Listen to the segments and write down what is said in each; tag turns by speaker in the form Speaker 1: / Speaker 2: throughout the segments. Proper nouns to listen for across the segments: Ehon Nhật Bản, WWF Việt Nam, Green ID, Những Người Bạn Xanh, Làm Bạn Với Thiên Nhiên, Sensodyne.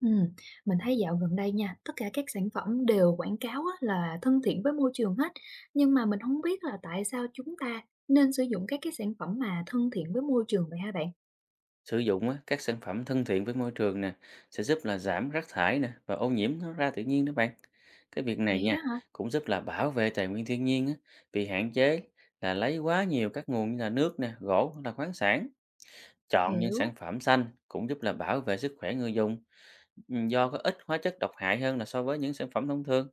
Speaker 1: Ừm, mình thấy dạo gần đây nha, tất cả các sản phẩm đều quảng cáo á là thân thiện với môi trường hết, nhưng mà mình không biết là tại sao chúng ta nên sử dụng các cái sản phẩm mà thân thiện với môi trường vậy hả bạn?
Speaker 2: Sử dụng á, các sản phẩm thân thiện với môi trường nè sẽ giúp là giảm rác thải nè và ô nhiễm nó ra tự nhiên đó bạn. Cái việc này
Speaker 1: Vậy
Speaker 2: nha
Speaker 1: đó hả?
Speaker 2: cũng giúp là bảo vệ tài nguyên thiên nhiên á, vì hạn chế là lấy quá nhiều các nguồn như là nước nè, gỗ hoặc là khoáng sản. Chọn những sản
Speaker 1: Hiểu.
Speaker 2: phẩm xanh cũng giúp là bảo vệ sức khỏe người dùng. Ừ, do có ít hóa chất độc hại hơn là so với những sản phẩm thông thường.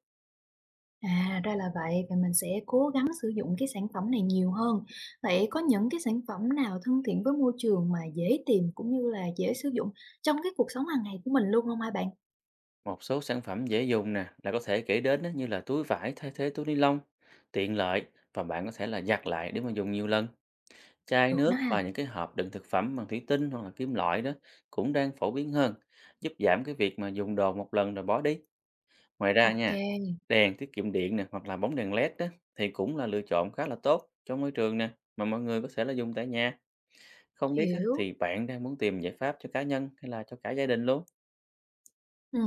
Speaker 1: À, ra là vậy, vậy mình sẽ cố gắng sử dụng cái sản phẩm này nhiều hơn. Vậy có những cái sản phẩm nào thân thiện với môi trường mà dễ tìm cũng như là dễ sử dụng trong cái cuộc sống hàng ngày của mình luôn không hả bạn?
Speaker 2: Một số sản phẩm dễ dùng nè là có thể kể đến á, như là túi vải thay thế túi ni lông, tiện lợi và bạn có thể là giặt lại để mà dùng nhiều lần. Chai
Speaker 1: Được
Speaker 2: nước
Speaker 1: đó ha.
Speaker 2: và những cái hộp đựng thực phẩm bằng thủy tinh hoặc là kim loại đó cũng đang phổ biến hơn, giúp giảm cái việc mà dùng đồ một lần rồi bỏ đi. Ngoài ra
Speaker 1: Ok.
Speaker 2: nha, đèn tiết kiệm điện nè hoặc là bóng đèn LED đó thì cũng là lựa chọn khá là tốt cho môi trường nè mà mọi người có thể là dùng tại nhà. Không biết á,
Speaker 1: Hiểu.
Speaker 2: thì bạn đang muốn tìm giải pháp cho cá nhân hay là cho cả gia đình luôn?
Speaker 1: Ừ,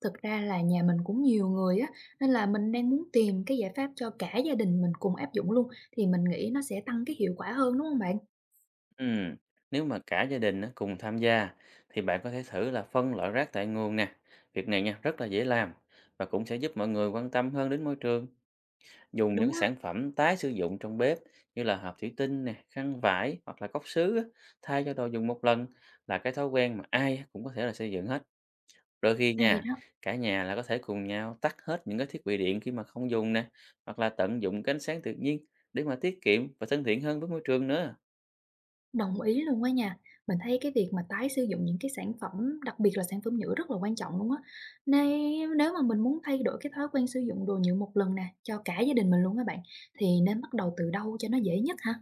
Speaker 1: thực ra là nhà mình cũng nhiều người á, nên là mình đang muốn tìm cái giải pháp cho cả gia đình mình cùng áp dụng luôn, thì mình nghĩ nó sẽ tăng cái hiệu quả hơn, đúng không bạn?
Speaker 2: Ừm, Nếu mà cả gia đình á, cùng tham gia thì bạn có thể thử là phân loại rác tại nguồn nè. Việc này nha rất là dễ làm và cũng sẽ giúp mọi người quan tâm hơn đến môi trường. Dùng những
Speaker 1: Đúng á,
Speaker 2: sản phẩm tái sử dụng trong bếp như là hộp thủy tinh nè, khăn vải hoặc là cốc sứ á, thay cho đồ dùng một lần là cái thói quen mà ai cũng có thể là xây dựng hết. Đôi khi
Speaker 1: hay
Speaker 2: nha,
Speaker 1: đó,
Speaker 2: cả nhà là có thể cùng nhau tắt hết những cái thiết bị điện khi mà không dùng nè, hoặc là tận dụng cái ánh sáng tự nhiên để mà tiết kiệm và thân thiện hơn với môi trường nữa.
Speaker 1: đồng ý luôn á nha. Mình thấy cái việc mà tái sử dụng những cái sản phẩm, đặc biệt là sản phẩm nhựa rất là quan trọng luôn á. Nên nếu mà mình muốn thay đổi cái thói quen sử dụng đồ nhựa một lần nè, cho cả gia đình mình luôn các bạn, thì nên bắt đầu từ đâu cho nó dễ nhất hả?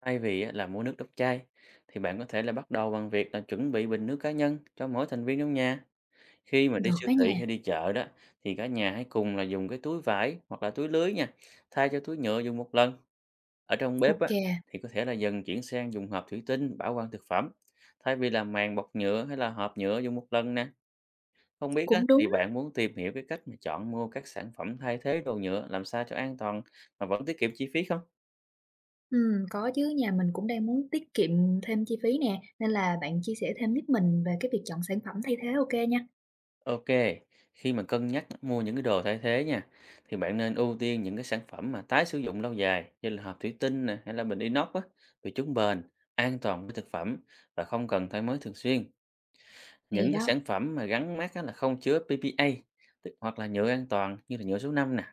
Speaker 2: Thay vì á, là mua nước đóng chai, thì bạn có thể là bắt đầu bằng việc là chuẩn bị bình nước cá nhân cho mỗi thành viên trong nhà. Khi mà đi
Speaker 1: Được
Speaker 2: siêu
Speaker 1: á
Speaker 2: thị
Speaker 1: nha.
Speaker 2: hay đi chợ đó thì cả nhà hãy cùng là dùng cái túi vải hoặc là túi lưới nha, thay cho túi nhựa dùng một lần. Ở trong bếp á
Speaker 1: Ok.
Speaker 2: thì có thể là dần chuyển sang dùng hộp thủy tinh bảo quản thực phẩm thay vì là màng bọc nhựa hay là hộp nhựa dùng một lần nè. Không biết á
Speaker 1: Cũng
Speaker 2: thì
Speaker 1: đúng.
Speaker 2: bạn muốn tìm hiểu cái cách mà chọn mua các sản phẩm thay thế đồ nhựa làm sao cho an toàn mà vẫn tiết kiệm chi phí không?
Speaker 1: Có chứ, nhà mình cũng đang muốn tiết kiệm thêm chi phí nè, nên là bạn chia sẻ thêm giúp mình về cái việc chọn sản phẩm thay thế ok kê nha.
Speaker 2: Ok, khi mà cân nhắc mua những cái đồ thay thế nha, thì bạn nên ưu tiên những cái sản phẩm mà tái sử dụng lâu dài như là hộp thủy tinh nè, hay là bình inox á, vì chúng bền, an toàn với thực phẩm và không cần thay mới thường xuyên.
Speaker 1: Hay
Speaker 2: Những cái
Speaker 1: đó,
Speaker 2: sản phẩm mà gắn mác á, là không chứa PPA, hoặc là nhựa an toàn như là nhựa số 5 nè,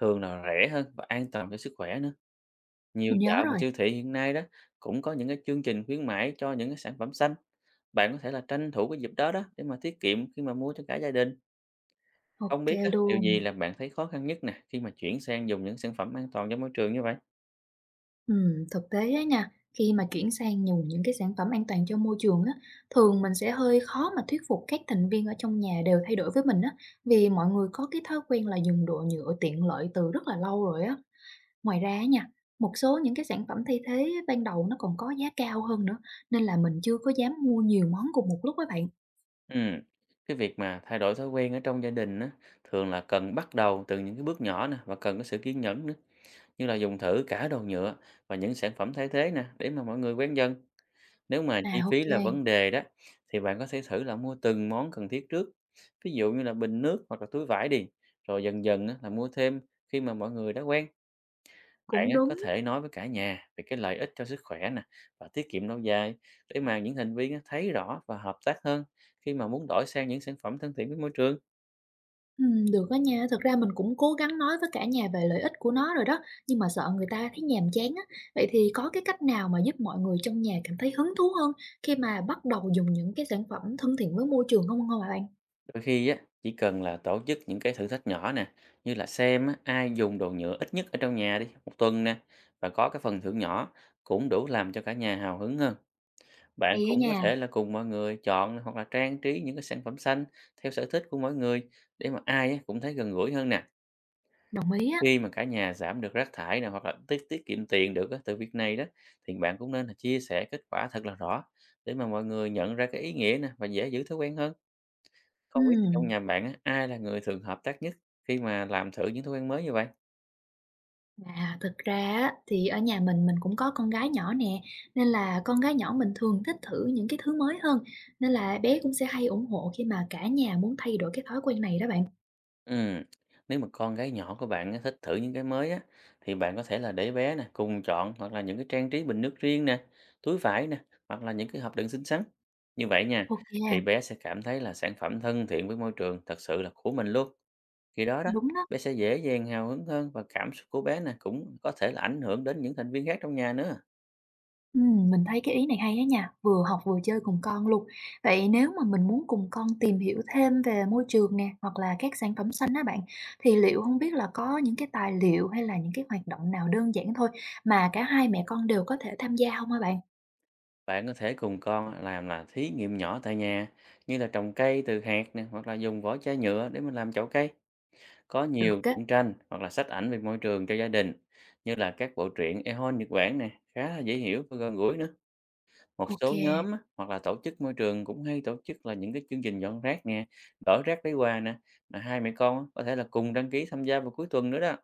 Speaker 2: thường là rẻ hơn và an toàn cho sức khỏe nữa. Nhiều
Speaker 1: mình nhớ
Speaker 2: chợ và
Speaker 1: rồi,
Speaker 2: siêu thị hiện nay đó cũng có những cái chương trình khuyến mãi cho những cái sản phẩm xanh. Bạn có thể là tranh thủ cái dịp đó đó để mà tiết kiệm khi mà mua cho cả gia đình. Không
Speaker 1: ok
Speaker 2: biết á, điều
Speaker 1: luôn.
Speaker 2: gì làm bạn thấy khó khăn nhất nè, khi mà chuyển sang dùng những sản phẩm an toàn cho môi trường như vậy?
Speaker 1: Thực tế á nha, khi mà chuyển sang dùng những cái sản phẩm an toàn cho môi trường á, thường mình sẽ hơi khó mà thuyết phục các thành viên ở trong nhà đều thay đổi với mình á, vì mọi người có cái thói quen là dùng đồ nhựa tiện lợi từ rất là lâu rồi á. Ngoài ra á nha, một số những cái sản phẩm thay thế ban đầu nó còn có giá cao hơn nữa, nên là mình chưa có dám mua nhiều món cùng một lúc với bạn.
Speaker 2: Ừ, cái việc mà thay đổi thói quen ở trong gia đình á, thường là cần bắt đầu từ những cái bước nhỏ nè và cần có sự kiên nhẫn nữa, như là dùng thử cả đồ nhựa và những sản phẩm thay thế nè, để mà mọi người quen dần. Nếu mà chi
Speaker 1: À,
Speaker 2: phí
Speaker 1: ok,
Speaker 2: là vấn đề đó, thì bạn có thể thử là mua từng món cần thiết trước, ví dụ như là bình nước hoặc là túi vải đi, rồi dần dần á, là mua thêm khi mà mọi người đã quen. Bạn
Speaker 1: cũng
Speaker 2: á, có
Speaker 1: đúng.
Speaker 2: thể nói với cả nhà về cái lợi ích cho sức khỏe nè và tiết kiệm lâu dài để mà những thành viên á, thấy rõ và hợp tác hơn khi mà muốn đổi sang những sản phẩm thân thiện với môi trường.
Speaker 1: Được á nha, thực ra mình cũng cố gắng nói với cả nhà về lợi ích của nó rồi đó, nhưng mà sợ người ta thấy nhàm chán á. Vậy thì có cái cách nào mà giúp mọi người trong nhà cảm thấy hứng thú hơn khi mà bắt đầu dùng những cái sản phẩm thân thiện với môi trường không không hả bạn?
Speaker 2: Đôi khi á, chỉ cần là tổ chức những cái thử thách nhỏ nè, như là xem á, ai dùng đồ nhựa ít nhất ở trong nhà đi một tuần nè và có cái phần thưởng nhỏ cũng đủ làm cho cả nhà hào hứng hơn. Bạn
Speaker 1: Hay á
Speaker 2: cũng
Speaker 1: nha,
Speaker 2: có thể là cùng mọi người chọn hoặc là trang trí những cái sản phẩm xanh theo sở thích của mỗi người để mà ai á, cũng thấy gần gũi hơn nè.
Speaker 1: đồng ý á.
Speaker 2: Khi mà cả nhà giảm được rác thải này hoặc là tiết tiết kiệm tiền được á, từ việc này đó, thì bạn cũng nên là chia sẻ kết quả thật là rõ để mà mọi người nhận ra cái ý nghĩa nè và dễ giữ thói quen hơn. Không biết thì trong
Speaker 1: Ừm.
Speaker 2: nhà bạn á, ai là người thường hợp tác nhất khi mà làm thử những thói quen mới như vậy?
Speaker 1: À, thực ra á, thì ở nhà mình cũng có con gái nhỏ nè, nên là con gái nhỏ mình thường thích thử những cái thứ mới hơn, nên là bé cũng sẽ hay ủng hộ khi mà cả nhà muốn thay đổi cái thói quen này đó bạn.
Speaker 2: Ừm, Nếu mà con gái nhỏ của bạn á, thích thử những cái mới á, thì bạn có thể là để bé nè cùng chọn hoặc là những cái trang trí bình nước riêng nè, túi vải nè, hoặc là những cái hộp đựng xinh xắn. Như vậy nha, thì
Speaker 1: OK,
Speaker 2: bé sẽ cảm thấy là sản phẩm thân thiện với môi trường thật sự là của mình luôn. Khi đó đó,
Speaker 1: đúng đó.
Speaker 2: bé sẽ dễ dàng hào hứng hơn và cảm xúc của bé nè cũng có thể là ảnh hưởng đến những thành viên khác trong nhà nữa.
Speaker 1: Mình thấy cái ý này hay á nha, vừa học vừa chơi cùng con luôn. Vậy nếu mà mình muốn cùng con tìm hiểu thêm về môi trường nè, hoặc là các sản phẩm xanh á bạn, thì liệu không biết là có những cái tài liệu hay là những cái hoạt động nào đơn giản thôi mà cả hai mẹ con đều có thể tham gia không hả bạn?
Speaker 2: Bạn có thể cùng con làm là thí nghiệm nhỏ tại nhà, như là trồng cây từ hạt nè, hoặc là dùng vỏ chai nhựa để mình làm chậu cây. Có
Speaker 1: Được
Speaker 2: nhiều
Speaker 1: á.
Speaker 2: truyện tranh hoặc là sách ảnh về môi trường cho gia đình, như là các bộ truyện Ehon Nhật Bản nè, khá là dễ hiểu và gần gũi nữa. Một số nhóm
Speaker 1: OK.
Speaker 2: á, hoặc là tổ chức môi trường cũng hay tổ chức là những cái chương trình dọn rác nè, đổi rác lấy quà nè. Mà hai mẹ con á, có thể là cùng đăng ký tham gia vào cuối tuần nữa đó.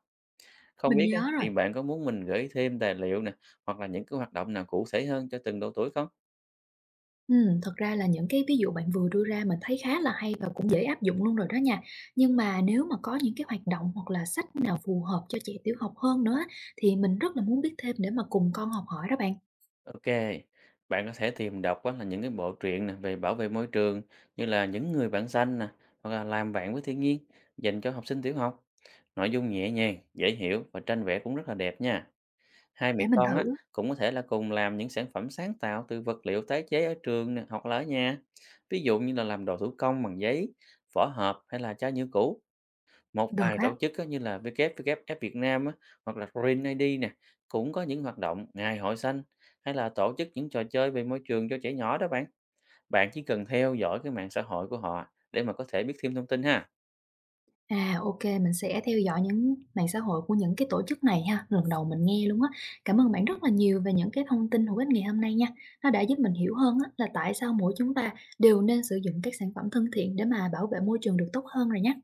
Speaker 2: Không
Speaker 1: Mình
Speaker 2: biết á,
Speaker 1: nhớ rồi.
Speaker 2: thì bạn có muốn mình gửi thêm tài liệu nè, hoặc là những cái hoạt động nào cụ thể hơn cho từng độ tuổi không?
Speaker 1: Thật ra là những cái ví dụ bạn vừa đưa ra mình thấy khá là hay và cũng dễ áp dụng luôn rồi đó nha. Nhưng mà nếu mà có những cái hoạt động hoặc là sách nào phù hợp cho trẻ tiểu học hơn nữa á, thì mình rất là muốn biết thêm để mà cùng con học hỏi đó bạn,
Speaker 2: OK, bạn có thể tìm đọc á là những cái bộ truyện nè về bảo vệ môi trường như là Những Người Bạn Xanh nè, hoặc là Làm Bạn Với Thiên Nhiên dành cho học sinh tiểu học. Nội dung nhẹ nhàng, dễ hiểu và tranh vẽ cũng rất là đẹp nha. Hai mẹ
Speaker 1: để mình
Speaker 2: con á
Speaker 1: thử.
Speaker 2: cũng có thể là cùng làm những sản phẩm sáng tạo từ vật liệu tái chế ở trường nè, hoặc là ở nhà. Ví dụ như là làm đồ thủ công bằng giấy, vỏ hộp hay là chai nhựa cũ. Một
Speaker 1: Được
Speaker 2: vài tổ
Speaker 1: á.
Speaker 2: chức á, như là WWF Việt Nam á, hoặc là Green ID nè, cũng có những hoạt động ngày hội xanh hay là tổ chức những trò chơi về môi trường cho trẻ nhỏ đó bạn. Bạn chỉ cần theo dõi cái mạng xã hội của họ để mà có thể biết thêm thông tin ha.
Speaker 1: À, ô mình sẽ theo dõi những mạng xã hội của những cái tổ chức này ha, lần đầu mình nghe luôn á. Cảm ơn bạn rất là nhiều về những cái thông tin hữu ích ngày hôm nay nha. Nó đã giúp mình hiểu hơn á là tại sao mỗi chúng ta đều nên sử dụng các sản phẩm thân thiện để mà bảo vệ môi trường được tốt hơn rồi nhé.